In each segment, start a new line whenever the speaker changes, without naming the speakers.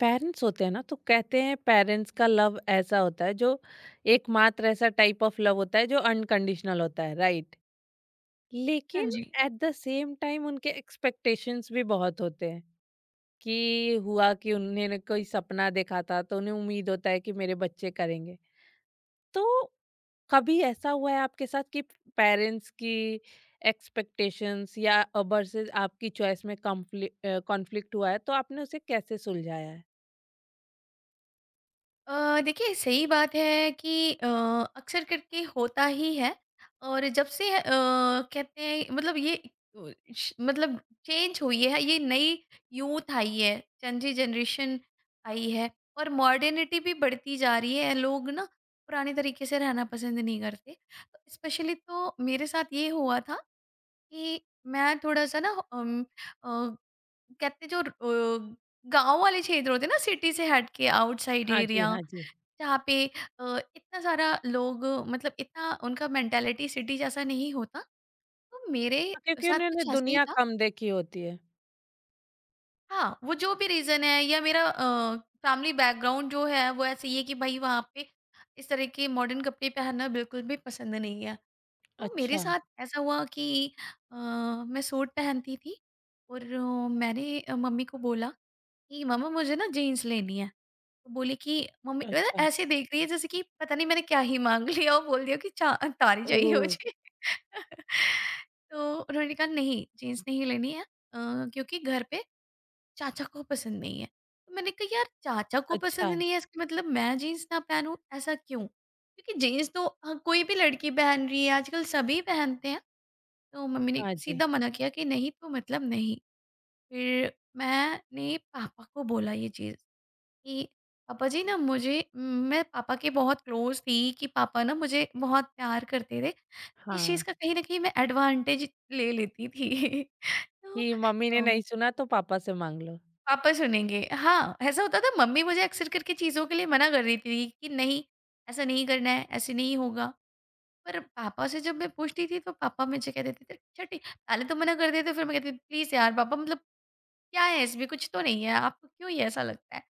Parents होते हैं ना, तो कहते हैं पेरेंट्स का लव ऐसा होता है जो एकमात्र ऐसा टाइप ऑफ लव होता है जो अनकंडीशनल होता है, राइट।
हाँ
लेकिन
जी।
एट द सेम टाइम उनके एक्सपेक्टेशंस भी बहुत होते हैं कि हुआ कि उन्होंने कोई सपना देखा था, तो उन्हें उम्मीद होता है कि मेरे बच्चे करेंगे। तो कभी ऐसा हुआ है आपके साथ कि पेरेंट्स की एक्सपेक्टेशंस या वर्सेस आपकी चॉइस में कॉन्फ्लिक्ट हुआ है, तो आपने उसे कैसे सुलझाया है?
देखिए सही बात है कि अक्सर करके होता ही है। और जब से कहते हैं मतलब ये मतलब चेंज हुई है, ये नई यूथ आई है, चंजी जनरेशन आई है। और मॉडर्निटी भी बढ़ती जा रही है, लोग ना पुराने तरीके से रहना पसंद नहीं करते। स्पेशली तो मेरे साथ ये हुआ था कि मैं थोड़ा सा ना अ, कहते जो गांव वाले क्षेत्र होते हैं ना, सिटी से हट के आउटसाइड
हाँ जी,
एरिया,
हाँ जी।
जहाँ पे इतना सारा लोग, मतलब इतना उनका मेंटालिटी सिटी जैसा नहीं होता। तो मेरे
हाँ, क्योंकि
साथ
उन्होंने
कुछ ऐसा ही
दुनिया
था।
कम देखी होती है।
हाँ, वो जो भी रीज़न है, या मेरा फैमिली बैकग्राउंड जो है वो ऐसे ही है कि भाई वहाँ पे इस तरह के मॉडर्न कपड़े पहनना बिल्कुल भी पसंद नहीं है। तो मेरे
अच्छा।
साथ ऐसा हुआ कि मैं सूट पहनती थी, और मैंने मम्मी को बोला कि मम्मा मुझे ना जीन्स लेनी है। बोली कि मम्मी, मतलब
अच्छा।
ऐसे देख रही है जैसे कि पता नहीं मैंने क्या ही माँग लिया, और बोल दिया कि चा तारी चाहिए
ओह!
मुझे। तो उन्होंने कहा नहीं, जीन्स नहीं लेनी है, क्योंकि घर पे चाचा को पसंद नहीं है। तो मैंने कहा यार चाचा को
अच्छा।
पसंद नहीं है, इसका मतलब मैं जीन्स ना पहनूँ, ऐसा क्यों? क्योंकि जीन्स तो कोई भी लड़की पहन रही है, आजकल सभी पहनते हैं। तो मम्मी ने
हाँ जी।
सीधा मना किया कि नहीं तो मतलब नहीं। फिर मैंने पापा को बोला ये चीज़। कि पापा जी ना मुझे, मैं पापा के बहुत क्लोज थी कि पापा ना मुझे बहुत प्यार करते थे। इस चीज़
हाँ,
का कहीं न कहीं मैं एडवांटेज ले लेती थी। तो
कि मम्मी ने नहीं सुना तो पापा से माँग लो।
पापा सुनेंगे, हाँ, ऐसा होता था। मम्मी मुझे अक्सर करके चीज़ों के लिए मना कर देती थी कि नहीं, ऐसा नहीं करना है, ऐसे नहीं होगा। पर पापा से जब मैं पूछती थी तो पापा मुझे कह देते थे अच्छा ठीक, पहले तो मना कर देते थे, फिर मैं कहती थी प्लीज़ यार पापा, मतलब क्या है इसमें, कुछ तो नहीं है, आपको क्यों ये ऐसा लगता है?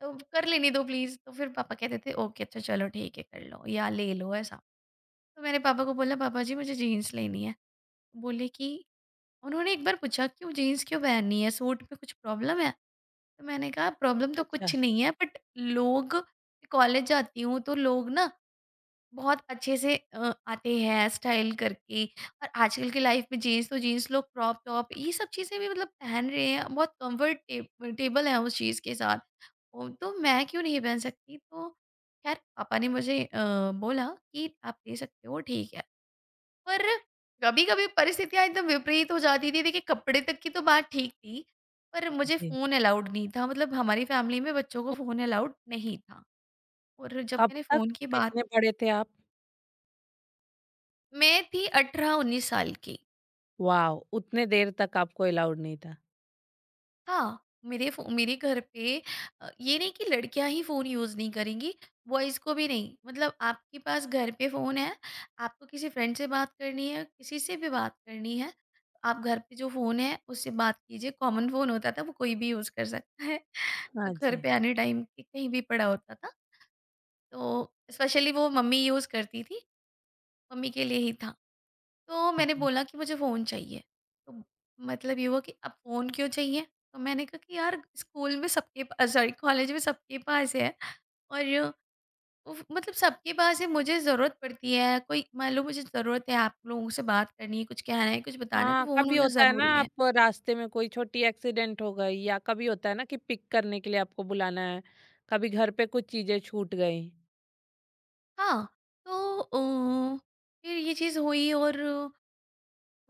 तो कर लेने दो प्लीज़। तो फिर पापा कहते थे ओके अच्छा चलो ठीक है कर लो या ले लो, ऐसा। तो मैंने पापा को बोला पापा जी मुझे जीन्स लेनी है। बोले कि, उन्होंने एक बार पूछा क्यों जीन्स क्यों पहननी है? सूट में कुछ प्रॉब्लम है? तो मैंने कहा प्रॉब्लम तो
अच्छा।
कुछ नहीं है बट लोग, कॉलेज जाती हूँ तो लोग ना बहुत अच्छे से आते हैं स्टाइल करके, और आजकल की लाइफ में जीन्स तो जीन्स, लोग क्रॉप टॉप ये सब चीज़ें भी मतलब पहन रहे हैं, बहुत कंफर्टेबल है उस चीज़ के साथ। ओ, तो मैं क्यों नहीं पहन सकती? तो खैर पापा ने मुझे बोला कि आप ले सकते हो, ठीक है। पर कभी कभी परिस्थितियां एकदम विपरीत हो जाती थी। देखिए कपड़े तक की तो बात ठीक थी, पर मुझे
जी।
फ़ोन अलाउड नहीं था, मतलब हमारी फैमिली में बच्चों को
तो
फ़ोन अलाउड नहीं था। और जब
कब
मैंने
तक,
फ़ोन की बात,
कितने बड़े थे आप?
मैं थी 18-19 साल की।
वॉव! उतने देर तक आपको अलाउड नहीं था।
हाँ, मेरे घर पे ये नहीं कि लड़कियाँ ही फ़ोन यूज़ नहीं करेंगी, बॉयज़ को भी नहीं। मतलब आपके पास घर पे फ़ोन है, आपको किसी फ्रेंड से बात करनी है, किसी से भी बात करनी है, आप घर पे जो फ़ोन है, उससे बात कीजिए। कॉमन फ़ोन होता था, वो कोई भी यूज़ कर सकता है, जो
हाँ
घर
जी,
पे आने टाइम पे कहीं भी पड़ा होता था। तो स्पेशली वो मम्मी यूज़ करती थी, मम्मी के लिए ही था। तो
हाँ
मैंने
जी।
बोला कि मुझे फ़ोन चाहिए। तो मतलब ये हुआ कि अब फ़ोन क्यों चाहिए? तो मैंने कहा कि यार स्कूल में सबके पा सॉरी कॉलेज में सबके पास है, और उफ मतलब सबके पास है, मुझे ज़रूरत पड़ती है, कोई मान लो मुझे ज़रूरत है, आप लोगों से बात करनी है, कुछ कहना है, कुछ बताना है तो
हाँ,
फ़ोन
कभी
होना
होता है ना
ज़रूरी है।
आप रास्ते में कोई छोटी एक्सीडेंट हो गई, या कभी होता है ना कि पिक करने के लिए आपको बुलाना है, कभी घर पे कुछ चीज़ें छूट गई।
हाँ, तो फिर ये चीज़ हुई और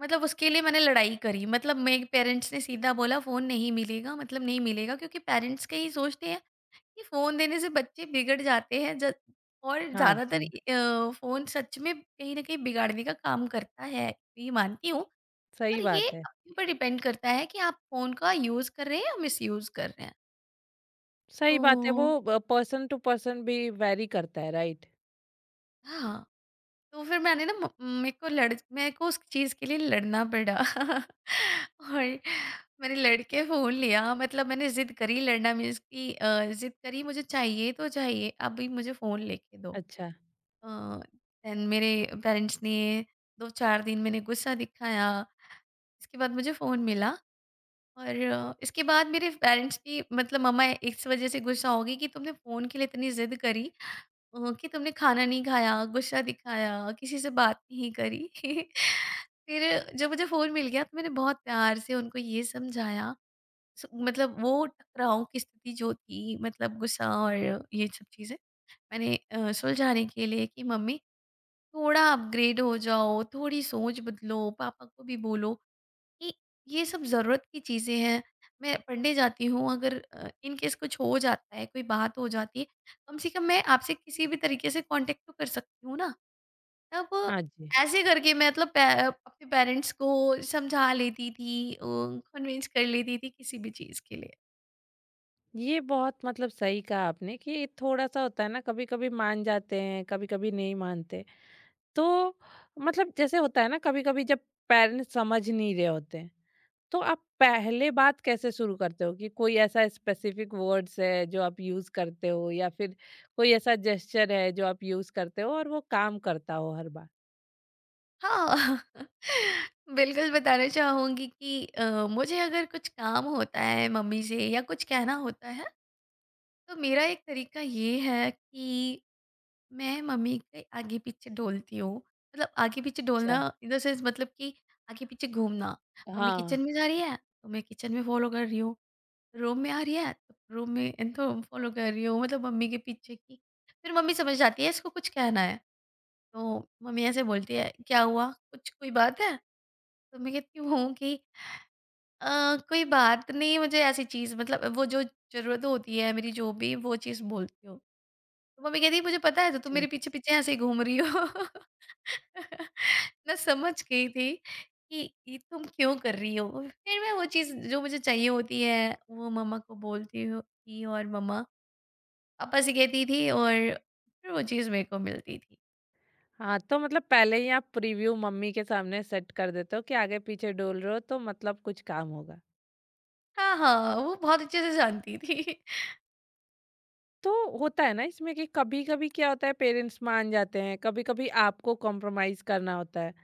मतलब उसके लिए मैंने लड़ाई करी। मतलब मेरे पेरेंट्स ने सीधा बोला फ़ोन नहीं मिलेगा, मतलब नहीं मिलेगा, क्योंकि पेरेंट्स का यही सोचते हैं ये फ़ोन देने से बच्चे बिगड़ जाते हैं। ज और
हाँ
ज़्यादातर
जी।
फ़ोन सच में कहीं न कहीं बिगाड़ने का काम करता है, ये मानती हूँ।
सही
पर ये
बात है।
आपके ऊपर डिपेंड करता है कि आप फ़ोन का यूज़ कर रहे हैं या मिसयूज़ कर रहे हैं। तो
सही बात है, वो पर्सन टू पर्सन भी वैरी करता है, राइट?
हाँ, तो फिर मैंने ना म मेरे को लड़ मेरे को उस चीज़ के लिए लड़ना पड़ा और मैंने लड़ के फ़ोन लिया। मतलब मैंने ज़िद करी, लड़ना मीन्स कि ज़िद करी, मुझे चाहिए तो चाहिए, अभी मुझे फ़ोन लेके दो।
अच्छा।
देन मेरे पेरेंट्स ने 2-4 दिन मैंने गुस्सा दिखाया। इसके बाद मुझे फ़ोन मिला, और इसके बाद मेरे पेरेंट्स की मतलब मम्मा इस वज़ह से गुस्सा हो गई कि तुमने फ़ोन के लिए इतनी ज़िद करी, कि तुमने खाना नहीं खाया, गुस्सा दिखाया, किसी से बात नहीं करी। फिर जब मुझे फ़ोन मिल गया तो मैंने बहुत प्यार से उनको ये समझाया। स मतलब वो टकराव की स्थिति जो थी, मतलब गुस्सा और ये सब चीज़ें, मैंने सुलझाने के लिए कि मम्मी थोड़ा अपग्रेड हो जाओ, थोड़ी सोच बदलो, पापा को भी बोलो कि ये सब ज़रूरत की चीज़ें हैं। मैं पढ़ने जाती हूँ, अगर इन केस कुछ हो जाता है, कोई बात हो जाती है, कम से कम मैं आपसे किसी भी तरीके से कॉन्टैक्ट तो कर सकती हूँ ना। तब
हाँ जी।
ऐसे करके मैं मतलब पै अपने पेरेंट्स को समझा लेती थी, कन्विंस कर लेती थी किसी भी चीज़ के लिए।
ये बहुत मतलब सही कहा आपने कि थोड़ा-सा होता है ना, कभी-कभी मान जाते हैं, कभी-कभी नहीं मानते। तो मतलब जैसे होता है ना, कभी-कभी जब पेरेंट्स समझ नहीं रहे होते हैं, तो आप पहले बात कैसे शुरू करते हो कि कोई ऐसा स्पेसिफिक वर्ड्स है जो आप यूज़ करते हो, या फिर कोई ऐसा जेस्चर है जो आप यूज़ करते हो और वो काम करता हो हर बार?
हाँ, बिल्कुल बताना चाहूँगी कि मुझे अगर कुछ काम होता है मम्मी से या कुछ कहना होता है, तो मेरा एक तरीका ये है कि मैं मम्मी के आगे पीछे डोलती हूँ। मतलब आगे पीछे डोलना
अच्छा।
इन द सेंस मतलब कि आगे पीछे घूमना। मम्मी
हाँ।
किचन में जा रही है, तो मैं किचन में फ़ॉलो कर रही हूँ। रूम में आ रही है, तो रूम में इनको फ़ॉलो कर रही हूँ। मतलब मम्मी के पीछे की, फिर मम्मी समझ जाती है इसको कुछ कहना है। तो मम्मी ऐसे बोलती है, "क्या हुआ? कुछ कोई बात है?" तो मैं कहती हूँ कि कोई बात नहीं, मुझे ऐसी चीज़, मतलब वो जो ज़रूरत होती है मेरी, जो भी वो चीज़ बोलती हूँ।" तो मम्मी कहती मुझे पता है तो तुम मेरे पीछे-पीछे ऐसे ही घूम रही हो। मैं समझ गई थी कि ये तुम क्यों कर रही हो? फिर मैं वो चीज़ जो मुझे चाहिए होती है वो मम्मा को बोलती हूँ थी और मम्मा पापा से कहती थी, और फिर वो चीज़ मेरे को मिलती थी।
हाँ, तो मतलब पहले ही आप प्रीव्यू मम्मी के सामने सेट कर देते हो कि आगे पीछे डोल रहे हो तो मतलब कुछ काम होगा।
हाँ, हाँ, वो बहुत अच्छे से जानती थी।
तो होता है ना इसमें कि कभी-कभी क्या होता है, पेरेंट्स मान जाते हैं, कभी-कभी आपको कॉम्प्रोमाइज़ करना होता है।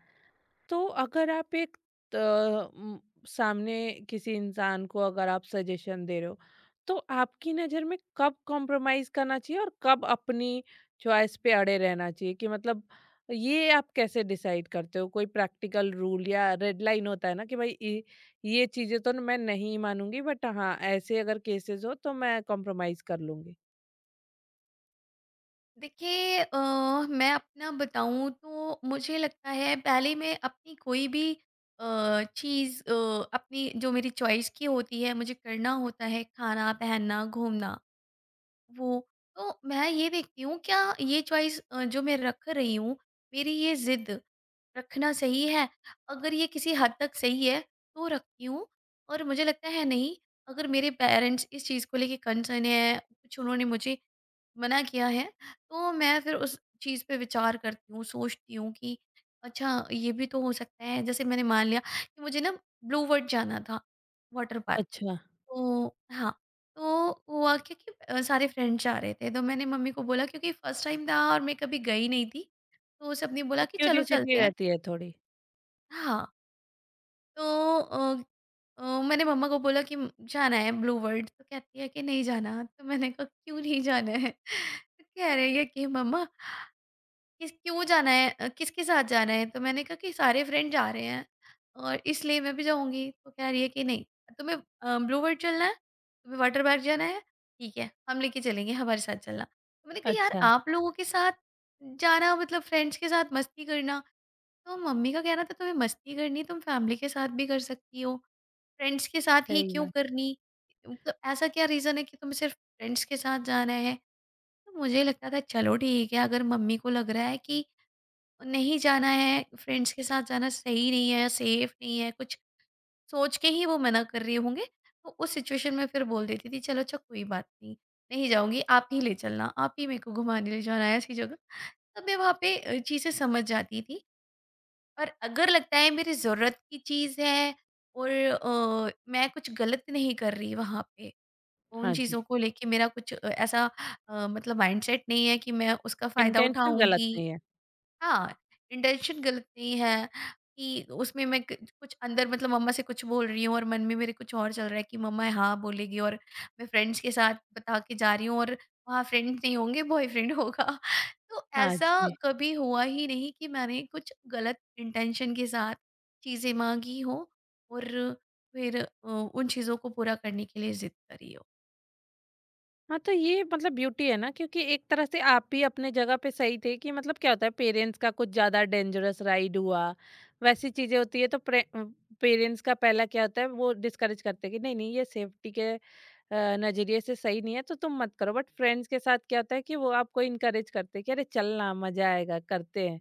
तो अगर आप एक अ, म, सामने किसी इंसान को अगर आप सजेशन दे रहे हो, तो आपकी नज़र में कब कॉम्प्रोमाइज़ करना चाहिए और कब अपनी चॉइस पे अड़े रहना चाहिए, कि मतलब ये आप कैसे डिसाइड करते हो? कोई प्रैक्टिकल रूल या रेड लाइन होता है ना कि भाई ये चीज़ें तो मैं नहीं मानूंगी, बट हाँ ऐसे अगर केसेस हो तो मैं कॉम्प्रोमाइज़ कर लूंगी।
देखिए मैं अपना बताऊँ तो मुझे लगता है पहले मैं अपनी कोई भी चीज़, अपनी जो मेरी चॉइस की होती है, मुझे करना होता है खाना, पहनना, घूमना। वो, तो मैं ये देखती हूँ क्या ये चॉइस जो मैं रख रही हूँ, मेरी ये जिद रखना सही है, अगर ये किसी हद तक सही है तो रखती हूँ। और मुझे लगता है नहीं, अगर मेरे पेरेंट्स इस चीज़ को लेके कंसर्न है, कुछ उन्होंने मुझे मना किया है, तो मैं फिर उस चीज़ पे विचार करती हूँ, सोचती हूँ कि अच्छा ये भी तो हो सकता है। जैसे मैंने मान लिया कि मुझे ना ब्लू वर्ड जाना था, वाटर पार्क।
अच्छा।
तो हाँ, तो हुआ क्या कि सारे फ्रेंड्स जा रहे थे, तो मैंने मम्मी को बोला क्योंकि फर्स्ट टाइम था और मैं कभी गई नहीं थी, तो सबने बोला
तो
कि चलो
क्यूरियसिटी
चलते हैं।
रहती है थोड़ी।
हाँ, तो अ अ, मैंने मम्मा को बोला कि जाना है ब्लू वर्ल्ड, तो कहती है कि नहीं जाना, तो मैंने कहा क्यों नहीं जाना है? तो कह रही है कि मम्मा किस क्यों जाना है किसके साथ जाना है, तो मैंने कहा कि सारे फ्रेंड जा रहे हैं, और इसलिए मैं भी जाऊँगी। तो कह रही है कि नहीं तुम्हें ब्लू वर्ल्ड चलना है, तुम्हें वाटर पार्क जाना है, ठीक है हम लेके चलेंगे हमारे साथ चलना। तो मैंने कहा यार
अच्छा।
आप लोगों के साथ जाना मतलब फ्रेंड्स के साथ मस्ती करना, तो मम्मी का कहना था तुम्हें मस्ती करनी तुम फैमिली के साथ भी कर सकती हो, फ्रेंड्स के साथ ही
सही
क्यों
बात है।
करनी? मतलब ऐसा क्या रीज़न है कि तुम्हें सिर्फ़ फ्रेंड्स के साथ जाना है? तो मुझे लगता था चलो ठीक है अगर मम्मी को लग रहा है कि नहीं जाना है, फ्रेंड्स के साथ जाना सही नहीं है, सेफ नहीं है, कुछ सोच के ही वो मना कर रहे होंगे, तो उस सिचुएशन में फिर बोल देती थी चलो अच्छा कोई बात नहीं, नहीं जाऊँगी आप ही ले चलना, आप ही मेरे को घुमाने ले जाना है ऐसी जगह। तब मैं वहाँ पे चीज़ें समझ जाती थी और अगर लगता है मेरी ज़रूरत की चीज़ है और मैं कुछ गलत नहीं कर रही वहाँ पे, तो उन
हाँ जी।
चीज़ों को लेके मेरा कुछ ऐसा मतलब माइंडसेट नहीं है कि मैं उसका फ़ायदा
इंटेंशन गलत
उठाऊँगी।
नहीं है।
हाँ, इंटेंशन गलत नहीं है कि उसमें मैं क कुछ अंदर मतलब मम्मा से कुछ बोल रही हूँ और मन में मेरे कुछ और चल रहा है कि मम्मा हाँ बोलेगी और मैं फ्रेंड्स के साथ बता के जा रही हूँ और वहाँ फ्रेंड्स नहीं होंगे बॉयफ्रेंड होगा। तो
हाँ
ऐसा
जी।
कभी हुआ ही नहीं कि मैंने कुछ गलत इंटेंशन के साथ चीज़ें माँगी हों और फिर उन चीज़ों को पूरा करने के लिए ज़िद करी हो।
हाँ, तो ये मतलब ब्यूटी है ना, क्योंकि एक तरह से आप भी अपने जगह पे सही थे कि मतलब क्या होता है, पेरेंट्स का कुछ ज़्यादा डेंजरस राइड हुआ, वैसी चीज़ें होती है तो पेरेंट्स का पहला क्या होता है, वो डिस्करेज करते हैं कि नहीं-नहीं, ये सेफ्टी के नज़रिए से सही नहीं है तो तुम मत करो। बट फ्रेंड्स के साथ क्या होता है कि वो आपको इनकरेज करते हैं कि अरे चल ना, मज़ा आएगा, करते हैं।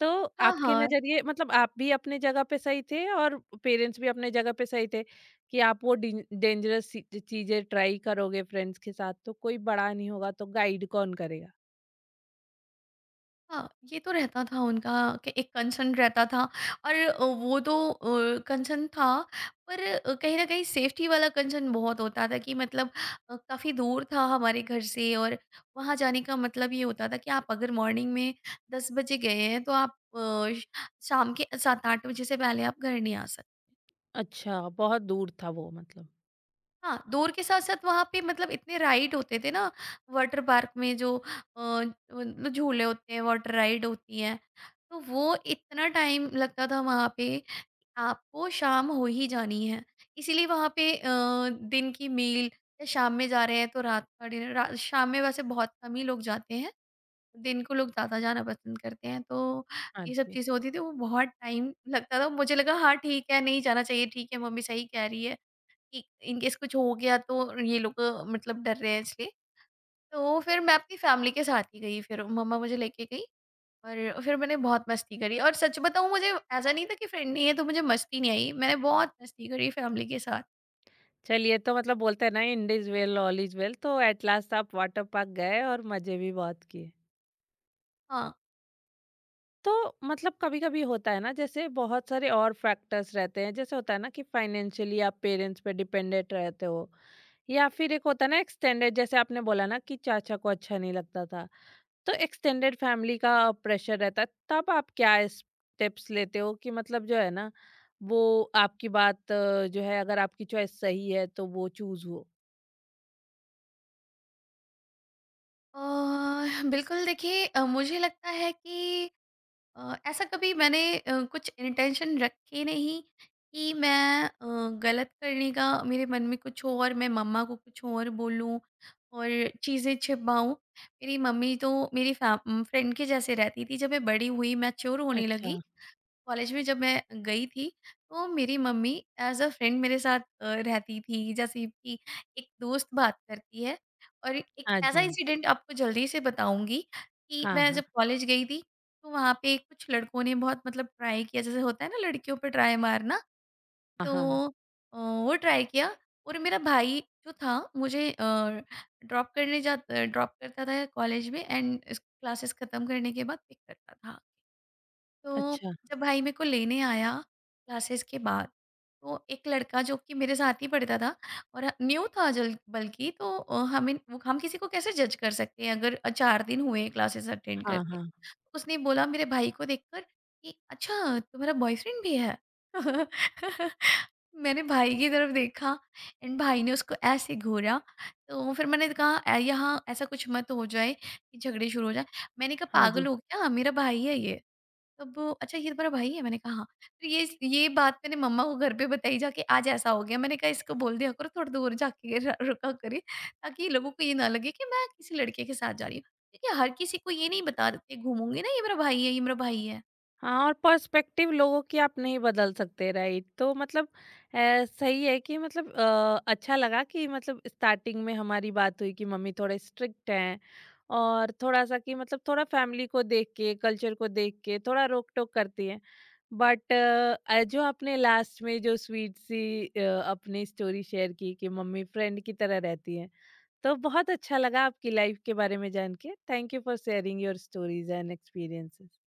तो
हाँ,
आपके
हाँ।
नज़रिए मतलब आप भी अपनी जगह पे सही थे और पेरेंट्स भी अपनी जगह पे सही थे कि आप वो डिन डेंजरस सी चीज़ें ट्राई करोगे फ्रेंड्स के साथ तो कोई बड़ा नहीं होगा तो गाइड कौन करेगा?
हाँ, ये तो रहता था उनका कि एक कंसर्न रहता था और वो तो कंसर्न था पर कहीं न कहीं सेफ्टी वाला कंसर्न बहुत होता था कि मतलब काफ़ी दूर था हमारे घर से और वहाँ जाने का मतलब ये होता था कि आप अगर मॉर्निंग में 10 बजे गए हैं तो आप अ, श शाम के 7-8 बजे से पहले आप घर नहीं आ।
अच्छा, बहुत दूर था वो मतलब।
हाँ, दौड़ के साथ-साथ वहाँ पे मतलब इतने राइड होते थे ना वाटर पार्क में जो मतलब झूले होते हैं, वाटर राइड होती हैं, तो वो इतना टाइम लगता था वहाँ पे, कि आपको शाम हो ही जानी है। इसीलिए वहाँ पे दिन की मील या शाम में जा रहे हैं तो रात का डिनर रा शाम में वैसे बहुत कम ही लोग जाते हैं, दिन को लोग ज़्यादा जाना पसंद करते हैं, तो
हाँ
ये सब
जी।
चीज़ें होती थी, वो बहुत टाइम लगता था। मुझे लगा हाँ, ठीक है, नहीं जाना चाहिए, ठीक है, मम्मी सही कह रही है। कि इनकेस कुछ हो गया तो ये लोग मतलब डर रहे हैं इसलिए। तो फिर मैं अपनी फैमिली के साथ ही गई फिर मम्मा मुझे लेके गई और फिर मैंने बहुत मस्ती करी और सच बताऊँ मुझे ऐसा नहीं था कि फ्रेंड नहीं है तो मुझे मस्ती नहीं आई। मैंने बहुत मस्ती करी फैमिली के साथ।
चलिए, तो मतलब बोलते हैं ना, end is well all is well, तो एट लास्ट आप वाटर पार्क गए और मज़े भी बहुत किए।
हाँ।
तो मतलब कभी कभी होता है ना, जैसे बहुत सारे और फैक्टर्स रहते हैं, जैसे होता है ना कि फाइनेंशियली आप पेरेंट्स पे डिपेंडेंट रहते हो, या फिर एक होता है ना एक्सटेंडेड, जैसे आपने बोला ना कि चाचा को अच्छा नहीं लगता था, तो एक्सटेंडेड फैमिली का प्रेशर रहता है, तब आप क्या स्टेप्स लेते हो कि मतलब जो है ना वो आपकी बात जो है, अगर आपकी चॉइस सही है तो वो चूज हो।
अ, बिल्कुल देखिए, मुझे लगता है कि ऐसा कभी मैंने कुछ इंटेंशन रखे नहीं कि मैं गलत करने का मेरे मन में कुछ और मैं मम्मा को कुछ और बोलूं और चीज़ें छिपाऊं। मेरी मम्मी तो मेरी फ्रेंड के जैसे रहती थी जब मैं बड़ी हुई मैच्योर होने
अच्छा।
लगी। कॉलेज में जब मैं गई थी तो मेरी मम्मी एज अ फ्रेंड मेरे साथ रहती थी जैसे कि एक दोस्त बात करती है और एक
हाँ
ऐसा
जी।
इंसिडेंट आपको जल्दी से बताऊंगी कि
हाँ,
मैं
हाँ,
जब कॉलेज गई थी तो वहाँ पे कुछ लड़कों ने बहुत मतलब ट्राई किया जैसे होता है ना लड़कियों पे ट्राई मारना।
हाँ,
तो
हाँ।
वो ट्राई किया और मेरा भाई जो था मुझे ड्रॉप करने जा ड्रॉप करता था कॉलेज में एंड क्लासेस ख़त्म करने के बाद पिक करता था। तो
अच्छा।
जब भाई मेरे को लेने आया क्लासेस के बाद, तो एक लड़का जो कि मेरे साथ ही पढ़ता था और न्यू था जल बल्कि, तो हमें वो हम किसी को कैसे जज कर सकते हैं अगर 4 दिन हुए क्लासेस अटेंड
हाँ,
करके।
हाँ।
तो उसने बोला मेरे भाई को देखकर कि अच्छा, तुम्हारा बॉयफ्रेंड भी है? मैंने भाई की तरफ देखा एंड भाई ने उसको ऐसे घूरा, तो फिर मैंने कहा यहाँ ऐसा कुछ मत हो जाए कि झगड़े शुरू हो जाएँ। मैंने कहा
हाँ
पागल
जी।
हो क्या? मेरा भाई है ये। तब वो, अच्छा ये तुम्हारा भाई है? मैंने कहा हाँ। फिर ये बात मैंने मम्मा को घर पे बताई जाके आज ऐसा हो गया। मैंने कहा इसको बोल दिया करो थोड़ा दूर जाके र रुका करे ताकि लोगों को ये ना लगे कि मैं किसी लड़के के साथ जा रही हूँ। क्योंकि हर किसी को ये नहीं बता देते घूमूंगी ना ये मेरा भाई है, ये मेरा भाई है।
हाँ, और पर्सपेक्टिव लोगों की आप नहीं बदल सकते, राइट? तो मतलब सही है कि मतलब अच्छा लगा कि मतलब स्टार्टिंग में हमारी बात हुई कि मम्मी थोड़े स्ट्रिक्ट हैं, और थोड़ा सा कि मतलब थोड़ा फैमिली को देख के, कल्चर को देख के थोड़ा रोक टोक करती हैं, बट जो आपने लास्ट में जो स्वीट सी अपनी स्टोरी शेयर की कि मम्मी फ्रेंड की तरह रहती हैं, तो बहुत अच्छा लगा आपकी लाइफ के बारे में जान के। Thank you for sharing your stories and experiences.